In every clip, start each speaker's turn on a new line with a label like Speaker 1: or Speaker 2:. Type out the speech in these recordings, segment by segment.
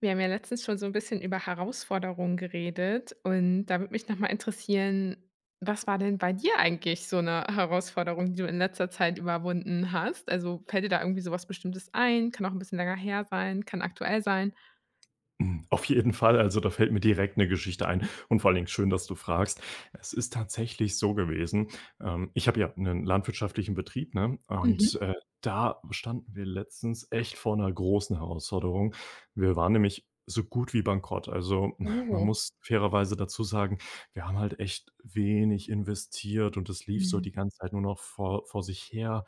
Speaker 1: Wir haben ja letztens schon so ein bisschen über Herausforderungen geredet und da würde mich nochmal interessieren, was war denn bei dir eigentlich so eine Herausforderung, die du in letzter Zeit überwunden hast? Also, fällt dir da irgendwie sowas Bestimmtes ein? Kann auch ein bisschen länger her sein, kann aktuell sein.
Speaker 2: Hm, auf jeden Fall, also da fällt mir direkt eine Geschichte ein und vor allen Dingen schön, dass du fragst. Es ist tatsächlich so gewesen, ich habe ja einen landwirtschaftlichen Betrieb, ne, und,
Speaker 1: Mhm.
Speaker 2: da standen wir letztens echt vor einer großen Herausforderung. Wir waren nämlich so gut wie bankrott. Also, man
Speaker 1: Oh.
Speaker 2: muss fairerweise dazu sagen, wir haben halt echt wenig investiert und es lief so die
Speaker 1: Mhm.
Speaker 2: ganze Zeit nur noch vor sich her.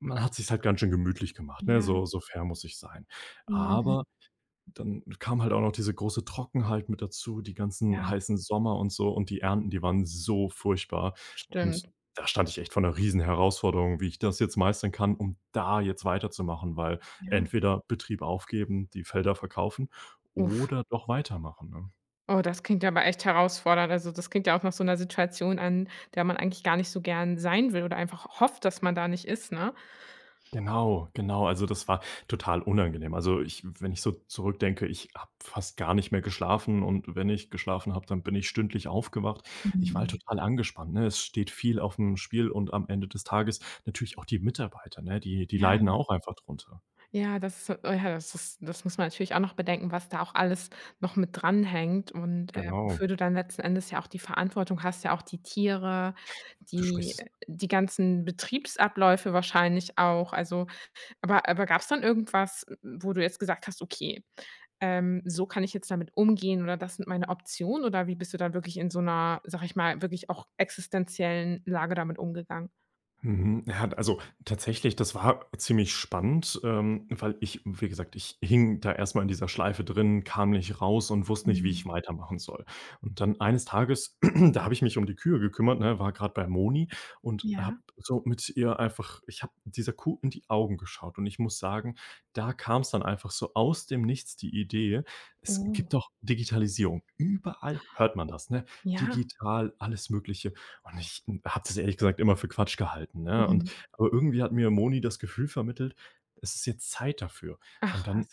Speaker 2: Man hat sich halt ganz schön gemütlich gemacht, ne?
Speaker 1: Ja.
Speaker 2: So fair muss ich sein.
Speaker 1: Mhm.
Speaker 2: Aber dann kam halt auch noch diese große Trockenheit mit dazu, die ganzen
Speaker 1: Ja,
Speaker 2: heißen Sommer und so und die Ernten, die waren so furchtbar. Und
Speaker 1: stimmt.
Speaker 2: da stand ich echt vor einer riesen Herausforderung, wie ich das jetzt meistern kann, um da jetzt weiterzumachen, weil
Speaker 1: Ja.
Speaker 2: entweder Betrieb aufgeben, die Felder verkaufen
Speaker 1: Uff.
Speaker 2: oder doch weitermachen, ne?
Speaker 1: Oh, das klingt ja aber echt herausfordernd. Also, das klingt ja auch nach so einer Situation, an der man eigentlich gar nicht so gern sein will oder einfach hofft, dass man da nicht ist, ne?
Speaker 2: Genau, genau. Also, das war total unangenehm. Also, ich wenn ich so zurückdenke, ich habe fast gar nicht mehr geschlafen und wenn ich geschlafen habe, dann bin ich stündlich aufgewacht. Ich war halt
Speaker 1: Mhm.
Speaker 2: total angespannt, ne? Es steht viel auf dem Spiel und am Ende des Tages natürlich auch die Mitarbeiter, ne? Die, die
Speaker 1: Ja.
Speaker 2: leiden auch einfach drunter.
Speaker 1: Ja, das ist oh ja, das ist das muss man natürlich auch noch bedenken, was da auch alles noch mit dranhängt und,
Speaker 2: Genau.
Speaker 1: wofür du dann letzten Endes ja auch die Verantwortung hast, ja auch die Tiere,
Speaker 2: Du sprichst
Speaker 1: die äh,
Speaker 2: es.
Speaker 1: die ganzen Betriebsabläufe wahrscheinlich auch. Also, aber gab's dann irgendwas, wo du jetzt gesagt hast: „Okay, so kann ich jetzt damit umgehen oder das sind meine Optionen“, oder wie bist du dann wirklich in so einer, sag ich mal, wirklich auch existenziellen Lage damit umgegangen?
Speaker 2: Mhm. Ja, also tatsächlich, das war ziemlich spannend, weil ich wie gesagt, ich hing da erstmal in dieser Schleife drin, kam nicht raus und wusste nicht, wie
Speaker 1: Mhm.
Speaker 2: ich weitermachen soll. Und dann eines Tages, da habe ich mich um die Kühe gekümmert, ne, war gerade bei Moni und habe
Speaker 1: Ja.
Speaker 2: so mit ihr einfach, ich habe dieser Kuh in die Augen geschaut und ich muss sagen, da kam es dann einfach so aus dem Nichts die Idee, es gibt
Speaker 1: Oh.
Speaker 2: doch Digitalisierung. Überall hört man das, ne?
Speaker 1: Ja.
Speaker 2: Digital, alles Mögliche. Und ich habe das ehrlich gesagt immer für Quatsch gehalten, ne?
Speaker 1: Mhm.
Speaker 2: Aber irgendwie hat mir Moni das Gefühl vermittelt, es ist jetzt Zeit dafür. Und
Speaker 1: Ach
Speaker 2: dann
Speaker 1: was.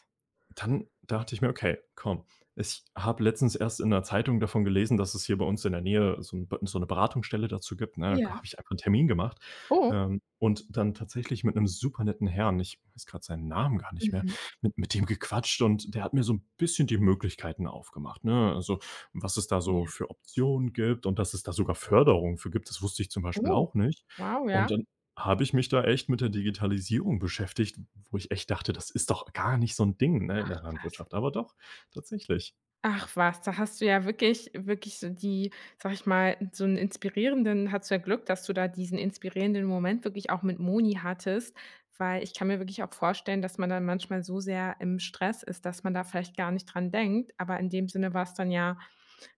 Speaker 2: dann dachte ich mir: „Okay, komm.“ Ich habe letztens erst in der Zeitung davon gelesen, dass es hier bei uns in der Nähe so 'ne Beratungsstelle dazu gibt, ne? Da
Speaker 1: Ja.
Speaker 2: habe ich einfach einen Termin gemacht,
Speaker 1: Oh.
Speaker 2: und dann tatsächlich mit einem super netten Herrn, ich weiß gerade seinen Namen gar nicht mehr,
Speaker 1: Mhm,
Speaker 2: mit dem gequatscht und der hat mir so ein bisschen die Möglichkeiten aufgemacht, ne? Also, was es da so
Speaker 1: ja.
Speaker 2: für Optionen gibt und dass es da sogar Förderung für gibt, das wusste ich zum Beispiel
Speaker 1: Oh,
Speaker 2: auch nicht.
Speaker 1: wow, ja.
Speaker 2: Und dann habe ich mich da echt mit der Digitalisierung beschäftigt, wo ich echt dachte, das ist doch gar nicht so 'n Ding, ne, in der
Speaker 1: Was?
Speaker 2: Landwirtschaft, aber doch, tatsächlich.
Speaker 1: Ach was, da hast du ja wirklich so die, sage ich mal so einen inspirierenden hattest du ja Glück, dass du da diesen inspirierenden Moment wirklich auch mit Moni hattest, weil ich kann mir wirklich auch vorstellen, dass man dann manchmal so sehr im Stress ist, dass man da vielleicht gar nicht dran denkt, aber in dem Sinne war es dann ja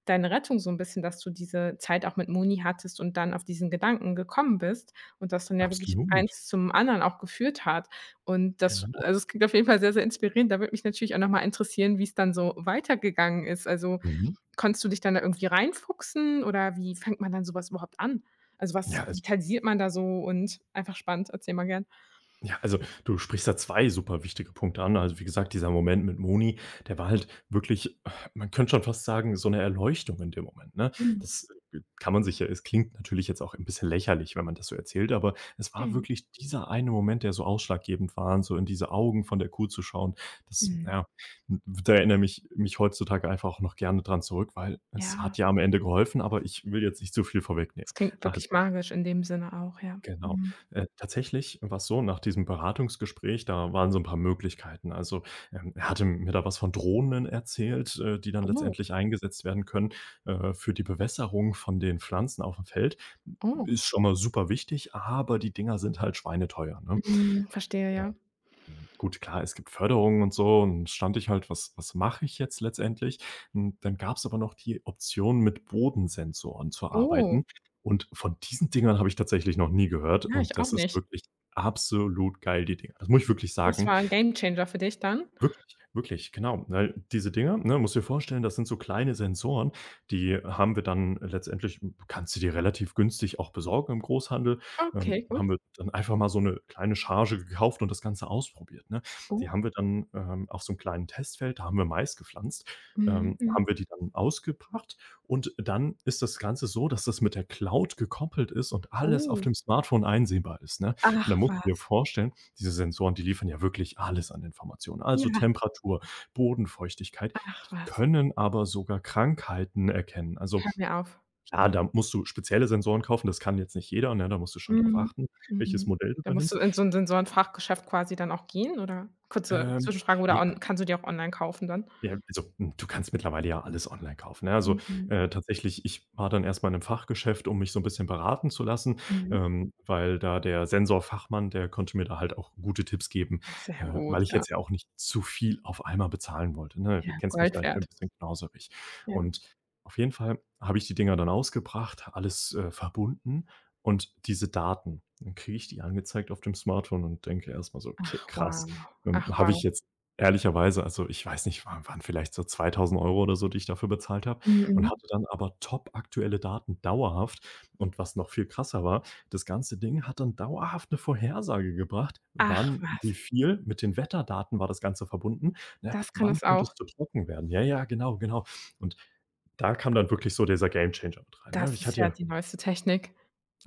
Speaker 1: deine Rettung so 'n bisschen, dass du diese Zeit auch mit Moni hattest und dann auf diesen Gedanken gekommen bist und das dann ja wirklich
Speaker 2: Absolut,
Speaker 1: eins zum anderen auch geführt hat. Und das,
Speaker 2: genau.
Speaker 1: also, es klingt auf jeden Fall sehr, sehr inspirierend. Da würde mich natürlich auch noch mal interessieren, wie's dann so weitergegangen ist. Also,
Speaker 2: Mhm.
Speaker 1: konntest du dich dann da irgendwie reinfuchsen oder wie fängt man dann so was überhaupt an? Also,
Speaker 2: Ja,
Speaker 1: was
Speaker 2: also
Speaker 1: digitalisiert man da so und einfach spannend, erzähl mal gern.
Speaker 2: Ja, also du sprichst da 2 super wichtige Punkte an. Also, wie gesagt, dieser Moment mit Moni, der war halt wirklich man könnte schon fast sagen, so eine Erleuchtung in dem Moment, ne?
Speaker 1: Mhm.
Speaker 2: Das kann man sich ja, es klingt natürlich jetzt auch ein bisschen lächerlich, wenn man das so erzählt, aber es war
Speaker 1: Mhm.
Speaker 2: wirklich dieser eine Moment, der so ausschlaggebend war, und so in diese Augen von der Kuh zu schauen. Das,
Speaker 1: Mhm.
Speaker 2: ja, da erinnere mich heutzutage einfach auch noch gerne dran zurück, weil es hat
Speaker 1: Ja.
Speaker 2: ja am Ende geholfen, aber ich will jetzt nicht zu viel vorwegnehmen.
Speaker 1: Das klingt
Speaker 2: Also,
Speaker 1: wirklich magisch in dem Sinne auch, ja.
Speaker 2: genau.
Speaker 1: Mhm.
Speaker 2: Tatsächlich war's so, nach diesem Beratungsgespräch, da waren so ein paar Möglichkeiten. Also, er hatte mir da was von Drohnen erzählt, die dann
Speaker 1: Oh,
Speaker 2: letztendlich eingesetzt werden können, für die Bewässerung von den Pflanzen auf dem Feld.
Speaker 1: oh.
Speaker 2: Ist schon mal super wichtig, aber die Dinger sind halt schweineteuer, ne?
Speaker 1: Mhm, verstehe, ja.
Speaker 2: Hm, gut, klar, es gibt Förderungen und so und stand ich halt: „Was mache ich jetzt letztendlich?“ Hm, dann gab es aber noch die Option, mit Bodensensoren zu
Speaker 1: Oh,
Speaker 2: arbeiten und von diesen Dingern habe ich tatsächlich noch nie gehört
Speaker 1: ja, ich
Speaker 2: und
Speaker 1: auch
Speaker 2: das ist
Speaker 1: nicht.
Speaker 2: wirklich absolut geil, die Dinger. Das muss ich wirklich
Speaker 1: Das
Speaker 2: sagen.
Speaker 1: war 'n Gamechanger für dich dann?
Speaker 2: Wirklich, wirklich, genau. Weil diese Dinger, ne, musst dir vorstellen, das sind so kleine Sensoren, die haben wir dann letztendlich, kannst du dir relativ günstig auch besorgen im Großhandel.
Speaker 1: Okay, gut.
Speaker 2: Haben wir dann einfach mal so eine kleine Charge gekauft und das Ganze ausprobiert, ne? Die
Speaker 1: Oh,
Speaker 2: haben wir dann, auf so einem kleinen Testfeld, da haben wir Mais gepflanzt,
Speaker 1: mhm,
Speaker 2: haben
Speaker 1: mhm.
Speaker 2: wir die dann ausgebracht und dann ist das Ganze so, dass das mit der Cloud gekoppelt ist und alles auf
Speaker 1: Oh,
Speaker 2: dem Smartphone einsehbar ist, ne? Und da
Speaker 1: ach
Speaker 2: musst du dir
Speaker 1: was.
Speaker 2: vorstellen, diese Sensoren, die liefern ja wirklich alles an Informationen. Also
Speaker 1: Ja,
Speaker 2: Temperatur, Bodenfeuchtigkeit,
Speaker 1: ach
Speaker 2: die
Speaker 1: was.
Speaker 2: können aber sogar Krankheiten erkennen. Also
Speaker 1: Hör mir auf.
Speaker 2: klar, da musst du spezielle Sensoren kaufen, das kann jetzt nicht jeder, ne? Da musst du schon drauf
Speaker 1: Mhm,
Speaker 2: achten, welches
Speaker 1: mhm.
Speaker 2: Modell du
Speaker 1: Da
Speaker 2: da
Speaker 1: musst du
Speaker 2: nimmst.
Speaker 1: in so 'n Sensorenfachgeschäft quasi dann auch gehen, oder? Kurze
Speaker 2: Ähm,
Speaker 1: Zwischenfrage, oder
Speaker 2: ja
Speaker 1: on kannst du die auch online kaufen dann?
Speaker 2: Ja, also, du kannst mittlerweile ja alles online kaufen, ne? Also,
Speaker 1: Mhm,
Speaker 2: tatsächlich, ich war dann erst mal in 'nem Fachgeschäft, um mich so 'n bisschen beraten zu lassen,
Speaker 1: mhm.
Speaker 2: weil da der Sensorfachmann, der konnte mir da halt auch gute Tipps geben,
Speaker 1: Ach, sehr gut,
Speaker 2: weil ich
Speaker 1: ja.
Speaker 2: jetzt ja auch nicht zu viel auf einmal bezahlen wollte, ne? Du
Speaker 1: Ja,
Speaker 2: kennst mich
Speaker 1: Gold
Speaker 2: ja, ich bin
Speaker 1: wert.
Speaker 2: 'n bisschen knauserig.
Speaker 1: Ja.
Speaker 2: Und auf jeden Fall habe ich die Dinger dann ausgebracht, alles, verbunden und diese Daten, dann kriege ich die angezeigt auf dem Smartphone und denke erst mal so:
Speaker 1: Ach
Speaker 2: „Okay, krass,
Speaker 1: wow, ach
Speaker 2: habe
Speaker 1: wow.
Speaker 2: ich jetzt ehrlicherweise, also ich weiß nicht, waren vielleicht so 2.000 € oder so, die ich dafür bezahlt habe und
Speaker 1: Mhm.
Speaker 2: hatte dann aber topaktuelle Daten dauerhaft.“ Und was noch viel krasser war, das ganze Ding hat dann dauerhaft eine Vorhersage gebracht,
Speaker 1: Ach
Speaker 2: wann, wie
Speaker 1: was.
Speaker 2: viel, mit den Wetterdaten war das Ganze verbunden, ne?
Speaker 1: Das kann
Speaker 2: Wann
Speaker 1: es
Speaker 2: könnte
Speaker 1: auch.
Speaker 2: es zu trocken werden? Ja, ja, genau, genau. Und da kam dann wirklich so dieser Gamechanger mit rein, ne?
Speaker 1: Das
Speaker 2: Ich
Speaker 1: ist
Speaker 2: hatte
Speaker 1: ja
Speaker 2: ja.
Speaker 1: die neueste Technik.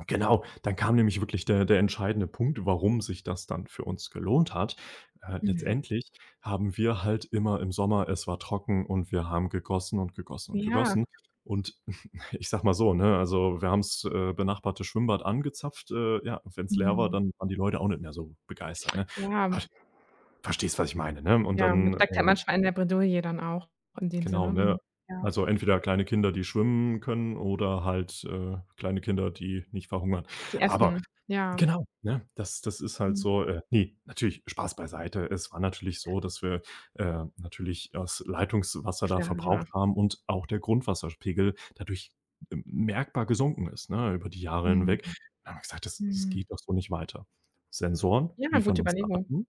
Speaker 2: Genau, dann kam nämlich wirklich der entscheidende Punkt, warum sich das dann für uns gelohnt hat.
Speaker 1: Mhm.
Speaker 2: Letztendlich haben wir halt immer im Sommer, es war trocken und wir haben gegossen und gegossen und
Speaker 1: Ja.
Speaker 2: gegossen. Und ich sage mal so, ne, also wir haben's, benachbarte Schwimmbad angezapft. Ja, wenn's leer war,
Speaker 1: Mhm.
Speaker 2: dann waren die Leute auch nicht mehr so begeistert, ne?
Speaker 1: Ja,
Speaker 2: Ver verstehst, was ich meine, ne? Und
Speaker 1: ja, man
Speaker 2: dann,
Speaker 1: steckt halt manchmal in der Bredouille dann auch in dem Sinne,
Speaker 2: genau, ne?
Speaker 1: mhm, ja.
Speaker 2: Also entweder kleine Kinder, die schwimmen können oder halt, kleine Kinder, die nicht verhungern.
Speaker 1: Die
Speaker 2: Aber
Speaker 1: essen, ja,
Speaker 2: genau, ne? Das ist halt
Speaker 1: mhm,
Speaker 2: so, ne, natürlich Spaß beiseite. Es war natürlich so, dass wir, natürlich das Leitungswasser da
Speaker 1: klar.
Speaker 2: verbraucht haben und auch der Grundwasserspiegel dadurch, merkbar gesunken ist, ne, über die Jahre hinweg.
Speaker 1: Mhm,
Speaker 2: Da haben wir gesagt: „Das
Speaker 1: mhm.
Speaker 2: geht doch so nicht weiter.“ Sensoren
Speaker 1: Ja,
Speaker 2: liefern
Speaker 1: gute
Speaker 2: uns
Speaker 1: Überlegung.
Speaker 2: Daten,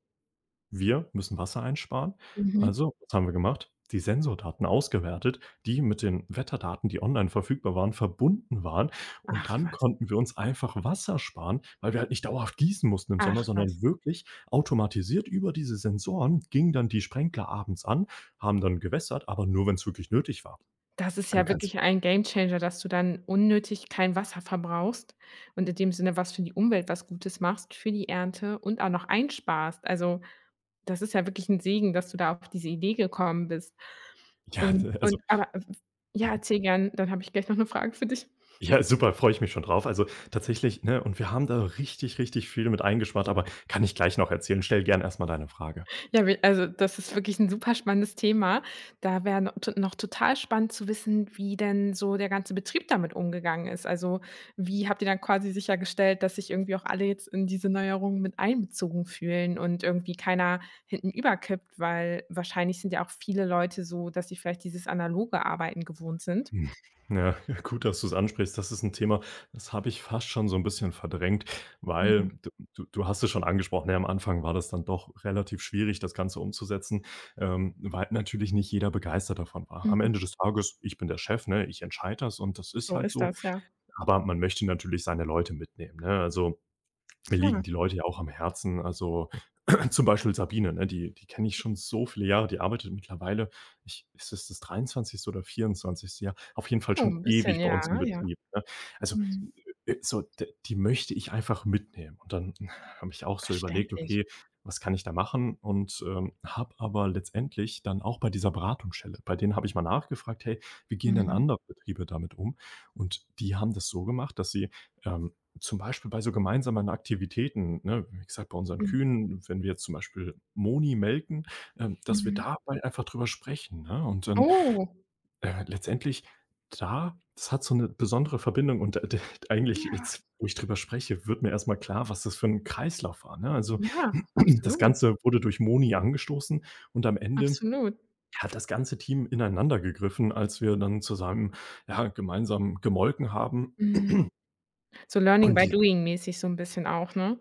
Speaker 2: wir müssen Wasser einsparen.
Speaker 1: Mhm.
Speaker 2: Also, was haben wir gemacht? Die Sensordaten ausgewertet, die mit den Wetterdaten, die online verfügbar waren, verbunden waren. Und
Speaker 1: Ach
Speaker 2: dann
Speaker 1: was,
Speaker 2: konnten wir uns einfach Wasser sparen, weil wir halt nicht dauerhaft gießen mussten im
Speaker 1: ach
Speaker 2: Sommer,
Speaker 1: was.
Speaker 2: sondern wirklich automatisiert über diese Sensoren gingen dann die Sprenkler abends an, haben dann gewässert, aber nur, wenn es wirklich nötig war.
Speaker 1: Das ist
Speaker 2: Du
Speaker 1: ja
Speaker 2: kannst.
Speaker 1: wirklich ein Gamechanger, dass du dann unnötig kein Wasser verbrauchst und in dem Sinne was für die Umwelt was Gutes machst, für die Ernte und auch noch einsparst. Also, das ist ja wirklich 'n Segen, dass du da auf diese Idee gekommen bist.
Speaker 2: Ja,
Speaker 1: Und
Speaker 2: also,
Speaker 1: und aber ja,
Speaker 2: mhm.
Speaker 1: erzähl gern, dann habe ich gleich noch 'ne Frage für dich.
Speaker 2: Ja, super, freue ich mich schon drauf. Also, tatsächlich, ne, und wir haben da richtig, richtig viel mit eingespart, aber kann ich gleich noch erzählen. Stell gern erst mal deine Frage.
Speaker 1: Ja, wi also, das ist wirklich 'n super spannendes Thema. Da wäre no to noch total spannend zu wissen, wie denn so der ganze Betrieb damit umgegangen ist. Also, wie habt ihr dann quasi sichergestellt, dass sich irgendwie auch alle jetzt in diese Neuerungen mit einbezogen fühlen und irgendwie keiner hinten überkippt? Weil wahrscheinlich sind ja auch viele Leute so, dass sie vielleicht dieses analoge Arbeiten gewohnt sind.
Speaker 2: Hm. Ja, gut, dass du es ansprichst. Das ist ein Thema, das habe ich fast schon so ein bisschen verdrängt,
Speaker 1: Mhm.
Speaker 2: weil du hast es schon angesprochen, ja, am Anfang war das dann doch relativ schwierig, das Ganze umzusetzen, weil natürlich nicht jeder begeistert davon war. Am
Speaker 1: Mhm.
Speaker 2: Ende des Tages, ich bin der Chef, ne? Ich entscheide das und das ist
Speaker 1: So
Speaker 2: halt
Speaker 1: ist
Speaker 2: so,
Speaker 1: das, ja.
Speaker 2: aber man möchte natürlich seine Leute mitnehmen, ne? Also, mir
Speaker 1: Klar.
Speaker 2: liegen die Leute ja auch am Herzen. Also, zum Beispiel Sabine, ne? Die kenne ich schon so viele Jahre. Die arbeitet mittlerweile, ich ist es das 23. oder 24. Jahr? Auf jeden Fall
Speaker 1: Oh,
Speaker 2: schon
Speaker 1: 'n bisschen,
Speaker 2: ewig bei uns im
Speaker 1: ja, ja.
Speaker 2: Betrieb, ne? Also,
Speaker 1: Mhm.
Speaker 2: so d die möchte ich einfach mitnehmen. Und dann habe ich auch so überlegt:
Speaker 1: Verständlich.
Speaker 2: „Okay, was kann ich da machen?“ Und, habe aber letztendlich dann auch bei dieser Beratungsstelle, bei denen habe ich mal nachgefragt: „Hey, wie gehen denn
Speaker 1: Mhm.
Speaker 2: andere Betriebe damit um?“ Und die haben das so gemacht, dass sie, ähm zum Beispiel bei so gemeinsamen Aktivitäten, ne? Wie gesagt, bei unseren
Speaker 1: Mhm.
Speaker 2: Kühen, wenn wir jetzt zum Beispiel Moni melken, dass wir
Speaker 1: Mhm.
Speaker 2: dabei einfach drüber sprechen, ne? Und dann,
Speaker 1: Oh,
Speaker 2: letztendlich, da das hat so eine besondere Verbindung und d d eigentlich
Speaker 1: ja,
Speaker 2: jetzt, wo ich drüber spreche, wird mir erst mal klar, was das für ein Kreislauf war, ne? Also,
Speaker 1: ja,
Speaker 2: das
Speaker 1: absolut,
Speaker 2: Ganze wurde durch Moni angestoßen und am Ende
Speaker 1: absolut.
Speaker 2: hat das ganze Team ineinander gegriffen, als wir dann zusammen, ja, gemeinsam gemolken haben.
Speaker 1: Mhm. So Learning by
Speaker 2: Und
Speaker 1: Doing mäßig so 'n bisschen auch, ne?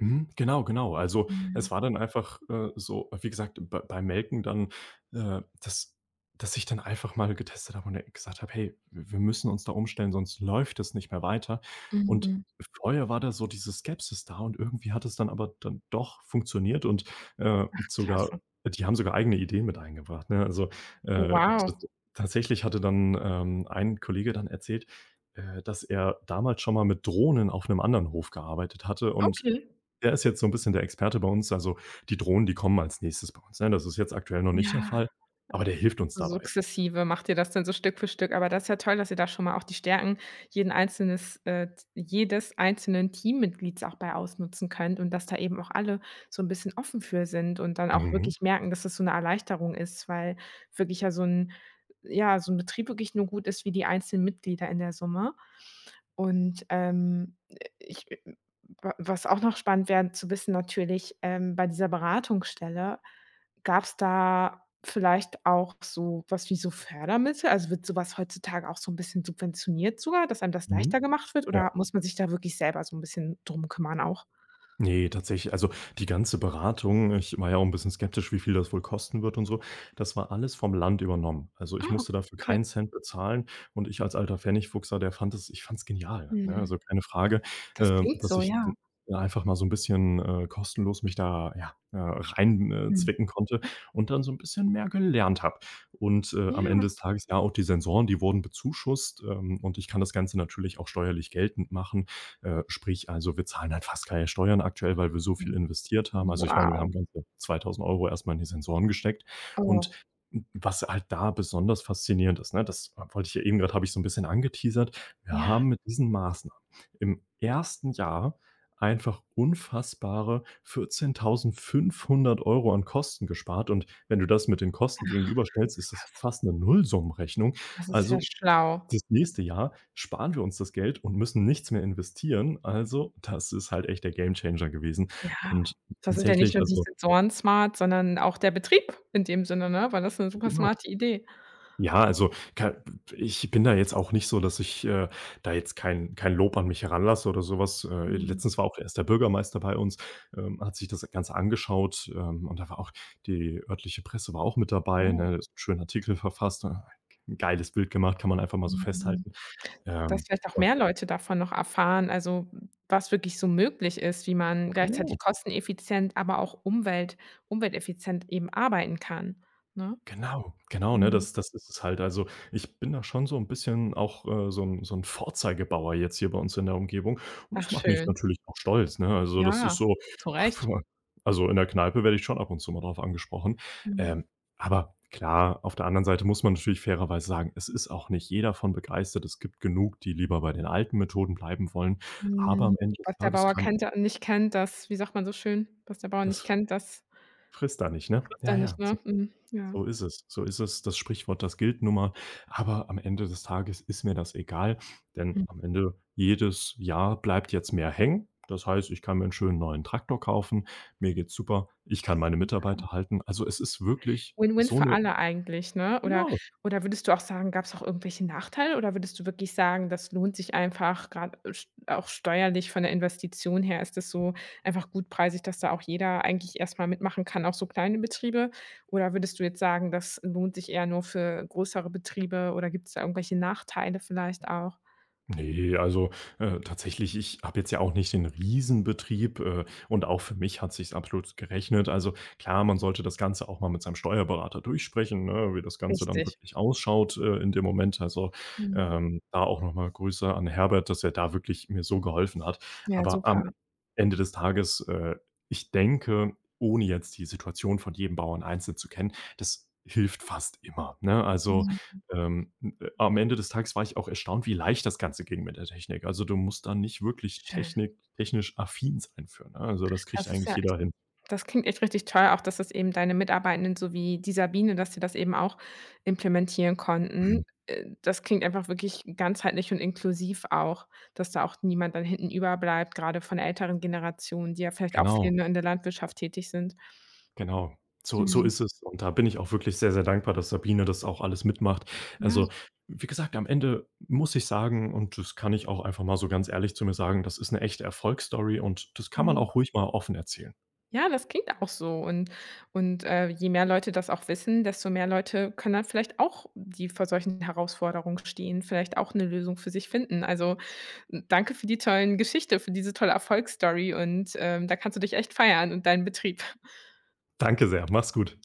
Speaker 2: mhm, genau, genau. Also,
Speaker 1: Mhm.
Speaker 2: es war dann einfach, so wie gesagt, beim Melken dann, äh, dass dass ich dann einfach mal getestet habe und, gesagt habe: „Hey, w wir müssen uns da umstellen, sonst läuft es nicht mehr weiter." Und
Speaker 1: Mhm.
Speaker 2: vorher war da so diese Skepsis da und irgendwie hat es dann aber dann doch funktioniert und, sogar
Speaker 1: Klasse.
Speaker 2: die haben sogar eigene Ideen mit eingebracht, ne? Also, t
Speaker 1: Wow.
Speaker 2: tatsächlich hatte dann, ein Kollege dann erzählt, dass er damals schon mal mit Drohnen auf einem anderen Hof gearbeitet hatte und
Speaker 1: Okay.
Speaker 2: der ist jetzt so 'n bisschen der Experte bei uns. Also, die Drohnen, die kommen als Nächstes bei uns, ne? Das ist jetzt aktuell noch nicht
Speaker 1: Ja.
Speaker 2: der Fall, aber der hilft uns
Speaker 1: So
Speaker 2: dabei.
Speaker 1: sukzessive macht ihr das dann so Stück für Stück, aber das ist ja toll, dass ihr da schon mal auch die Stärken jeden einzelnes jedes einzelnen Teammitglieds auch bei ausnutzen könnt und dass da eben auch alle so 'n bisschen offen für sind und dann auch
Speaker 2: Mhm.
Speaker 1: wirklich merken, dass das so 'ne Erleichterung ist, weil wirklich ja so 'n Betrieb wirklich nur gut ist wie die einzelnen Mitglieder in der Summe. Und, ich wa was auch noch spannend wäre zu wissen natürlich, bei dieser Beratungsstelle, gab es da vielleicht auch so was wie so Fördermittel? Also, wird sowas heutzutage auch so ein bisschen subventioniert sogar, dass einem das
Speaker 2: Mhm.
Speaker 1: leichter gemacht wird
Speaker 2: Ja.
Speaker 1: oder muss man sich da wirklich selber so ein bisschen drum kümmern auch?
Speaker 2: Nee, tatsächlich. Also, die ganze Beratung, ich war ja auch ein bisschen skeptisch, wie viel das wohl kosten wird und so. Das war alles vom Land übernommen. Also, ich
Speaker 1: Ah,
Speaker 2: musste dafür
Speaker 1: okay.
Speaker 2: keinen Cent bezahlen, und ich als alter Pfennigfuchser, der fand es, ich fand es genial, ne?
Speaker 1: Mhm.
Speaker 2: Also, keine Frage,
Speaker 1: Das klingt
Speaker 2: dass
Speaker 1: so,
Speaker 2: ich
Speaker 1: ja.
Speaker 2: d einfach mal so ein bisschen, kostenlos mich da, ja, rein,
Speaker 1: Mhm.
Speaker 2: zwicken konnte und dann so ein bisschen mehr gelernt habe. Und, am Ende
Speaker 1: Ja.
Speaker 2: des Tages, ja, auch die Sensoren, die wurden bezuschusst, und ich kann das Ganze natürlich auch steuerlich geltend machen. Sprich also, wir zahlen halt fast keine Steuern aktuell, weil wir so viel
Speaker 1: Mhm.
Speaker 2: investiert haben. Also, ich meine, wir
Speaker 1: Wow.
Speaker 2: haben ganze 2.000 Euro erstmal in die Sensoren gesteckt, und
Speaker 1: Oh,
Speaker 2: was halt da besonders faszinierend ist, ne, das wollte ich ja eben gerade, habe ich so ein bisschen angeteasert. Wir
Speaker 1: ja,
Speaker 2: haben mit diesen Maßnahmen im ersten Jahr einfach unfassbare 14.500 Euro an Kosten gespart, und wenn du das mit den Kosten gegenüberstellst, ist das
Speaker 1: das
Speaker 2: fast eine Nullsummenrechnung.
Speaker 1: das ist ja
Speaker 2: Also,
Speaker 1: schlau.
Speaker 2: das nächste Jahr sparen wir uns das Geld und müssen nichts mehr investieren. Also, das ist halt echt der Gamechanger gewesen.
Speaker 1: Ja,
Speaker 2: Und
Speaker 1: da sind ja nicht
Speaker 2: tatsächlich,
Speaker 1: nur die
Speaker 2: also
Speaker 1: Sensoren smart, sondern auch der Betrieb in dem Sinne, ne? Weil das ist 'ne super
Speaker 2: genau.
Speaker 1: smarte Idee.
Speaker 2: Ja, also, ka ich bin da jetzt auch nicht so, dass ich, da jetzt kein Lob an mich heranlasse oder sowas.
Speaker 1: Mhm.
Speaker 2: Letztens war auch erst der Bürgermeister bei uns, hat sich das Ganze angeschaut, und da war auch die örtliche Presse war auch mit dabei,
Speaker 1: Oh.
Speaker 2: ne? So 'n schönen Artikel verfasst, 'n geiles Bild gemacht, kann man einfach mal so
Speaker 1: Mhm.
Speaker 2: festhalten.
Speaker 1: Dass
Speaker 2: Ähm,
Speaker 1: vielleicht auch mehr
Speaker 2: und
Speaker 1: Leute davon noch erfahren, also, was wirklich so möglich ist, wie man gleichzeitig
Speaker 2: genau.
Speaker 1: kosteneffizient, aber auch umwelteffizient eben arbeiten kann, ne?
Speaker 2: Genau, genau, ne?
Speaker 1: Mhm.
Speaker 2: Das ist es halt. Also, ich bin da schon so ein bisschen auch, so ein so 'n Vorzeigebauer jetzt hier bei uns in der Umgebung, und
Speaker 1: Ach
Speaker 2: das macht mich
Speaker 1: schön.
Speaker 2: natürlich auch stolz, ne? Also, das ist
Speaker 1: Ja,
Speaker 2: so
Speaker 1: zu Recht.
Speaker 2: also, in der Kneipe werde ich schon ab und zu mal drauf angesprochen.
Speaker 1: Mhm.
Speaker 2: Ähm, aber klar, auf der anderen Seite muss man natürlich fairerweise sagen, es ist auch nicht jeder von begeistert. Es gibt genug, die lieber bei den alten Methoden bleiben wollen, aber
Speaker 1: Mhm.
Speaker 2: am Ende des
Speaker 1: Was der
Speaker 2: Tages
Speaker 1: Bauer
Speaker 2: kann ich,
Speaker 1: kennt der nicht kennt, das Wie sagt man so schön? Was der Bauer nicht
Speaker 2: das
Speaker 1: kennt, das
Speaker 2: frisst da nicht, ne?
Speaker 1: trifft er
Speaker 2: Ja,
Speaker 1: nicht,
Speaker 2: ja.
Speaker 1: ne?
Speaker 2: So
Speaker 1: Mhm, ja.
Speaker 2: So ist es. So ist es. Das Sprichwort, das gilt nun mal. Aber am Ende des Tages ist mir das egal, denn am Ende jedes Jahr bleibt jetzt mehr hängen. Das heißt, ich kann mir einen schönen neuen Traktor kaufen. Mir geht's super. Ich kann meine
Speaker 1: Mhm.
Speaker 2: Mitarbeiter halten. Also, es ist wirklich
Speaker 1: Win-win
Speaker 2: so
Speaker 1: für
Speaker 2: eine,
Speaker 1: alle eigentlich, ne? Oder
Speaker 2: genau.
Speaker 1: oder würdest du auch sagen, gab es auch irgendwelche Nachteile oder würdest du wirklich sagen, das lohnt sich einfach gerade auch steuerlich von der Investition her ist das so einfach gutpreisig, dass da auch jeder eigentlich erstmal mitmachen kann, auch so kleine Betriebe? Oder würdest du jetzt sagen, das lohnt sich eher nur für größere Betriebe oder gibt's da irgendwelche Nachteile vielleicht auch?
Speaker 2: Nee, also, tatsächlich, ich habe jetzt ja auch nicht den Riesenbetrieb, und auch für mich hat sich's absolut gerechnet. Also, klar, man sollte das Ganze auch mal mit seinem Steuerberater durchsprechen, ne, wie das Ganze dann
Speaker 1: Richtig.
Speaker 2: wirklich ausschaut, in dem Moment. Also,
Speaker 1: Mhm.
Speaker 2: da auch noch mal Grüße an Herbert, dass er da wirklich mir so geholfen hat.
Speaker 1: Ja,
Speaker 2: Aber am
Speaker 1: super.
Speaker 2: Ende des Tages, ich denke, ohne jetzt die Situation von jedem Bauern einzeln zu kennen, das hilft fast immer, ne? Also,
Speaker 1: Mhm.
Speaker 2: ähm am Ende des Tages war ich auch erstaunt, wie leicht das Ganze ging mit der Technik. Also, du musst da nicht wirklich
Speaker 1: Schön.
Speaker 2: Technik technisch affin sein für, ne? Also, das kriegt
Speaker 1: Das ist
Speaker 2: eigentlich
Speaker 1: ja
Speaker 2: jeder hin.
Speaker 1: Das klingt echt richtig toll, auch dass das eben deine Mitarbeitenden so wie die Sabine, dass sie das eben auch implementieren konnten.
Speaker 2: Mhm.
Speaker 1: Das klingt einfach wirklich ganzheitlich und inklusiv auch, dass da auch niemand dann hinten überbleibt, gerade von der älteren Generation, die ja vielleicht auch viel,
Speaker 2: Genau,
Speaker 1: ne, in der Landwirtschaft tätig sind.
Speaker 2: genau. So so
Speaker 1: Mhm.
Speaker 2: ist es, und da bin ich auch wirklich sehr, sehr dankbar, dass Sabine das auch alles mitmacht.
Speaker 1: Ja,
Speaker 2: Also, wie gesagt, am Ende muss ich sagen, und das kann ich auch einfach mal so ganz ehrlich zu mir sagen, das ist eine echte Erfolgsstory, und das kann man
Speaker 1: mhm.
Speaker 2: auch ruhig mal offen erzählen.
Speaker 1: Ja, das klingt auch so und je mehr Leute das auch wissen, desto mehr Leute können dann vielleicht auch, die vor solchen Herausforderungen stehen, vielleicht auch eine Lösung für sich finden. Also, danke für die tollen Geschichte, für diese tolle Erfolgsstory und, da kannst du dich echt feiern und deinen Betrieb.
Speaker 2: Danke sehr, mach's gut.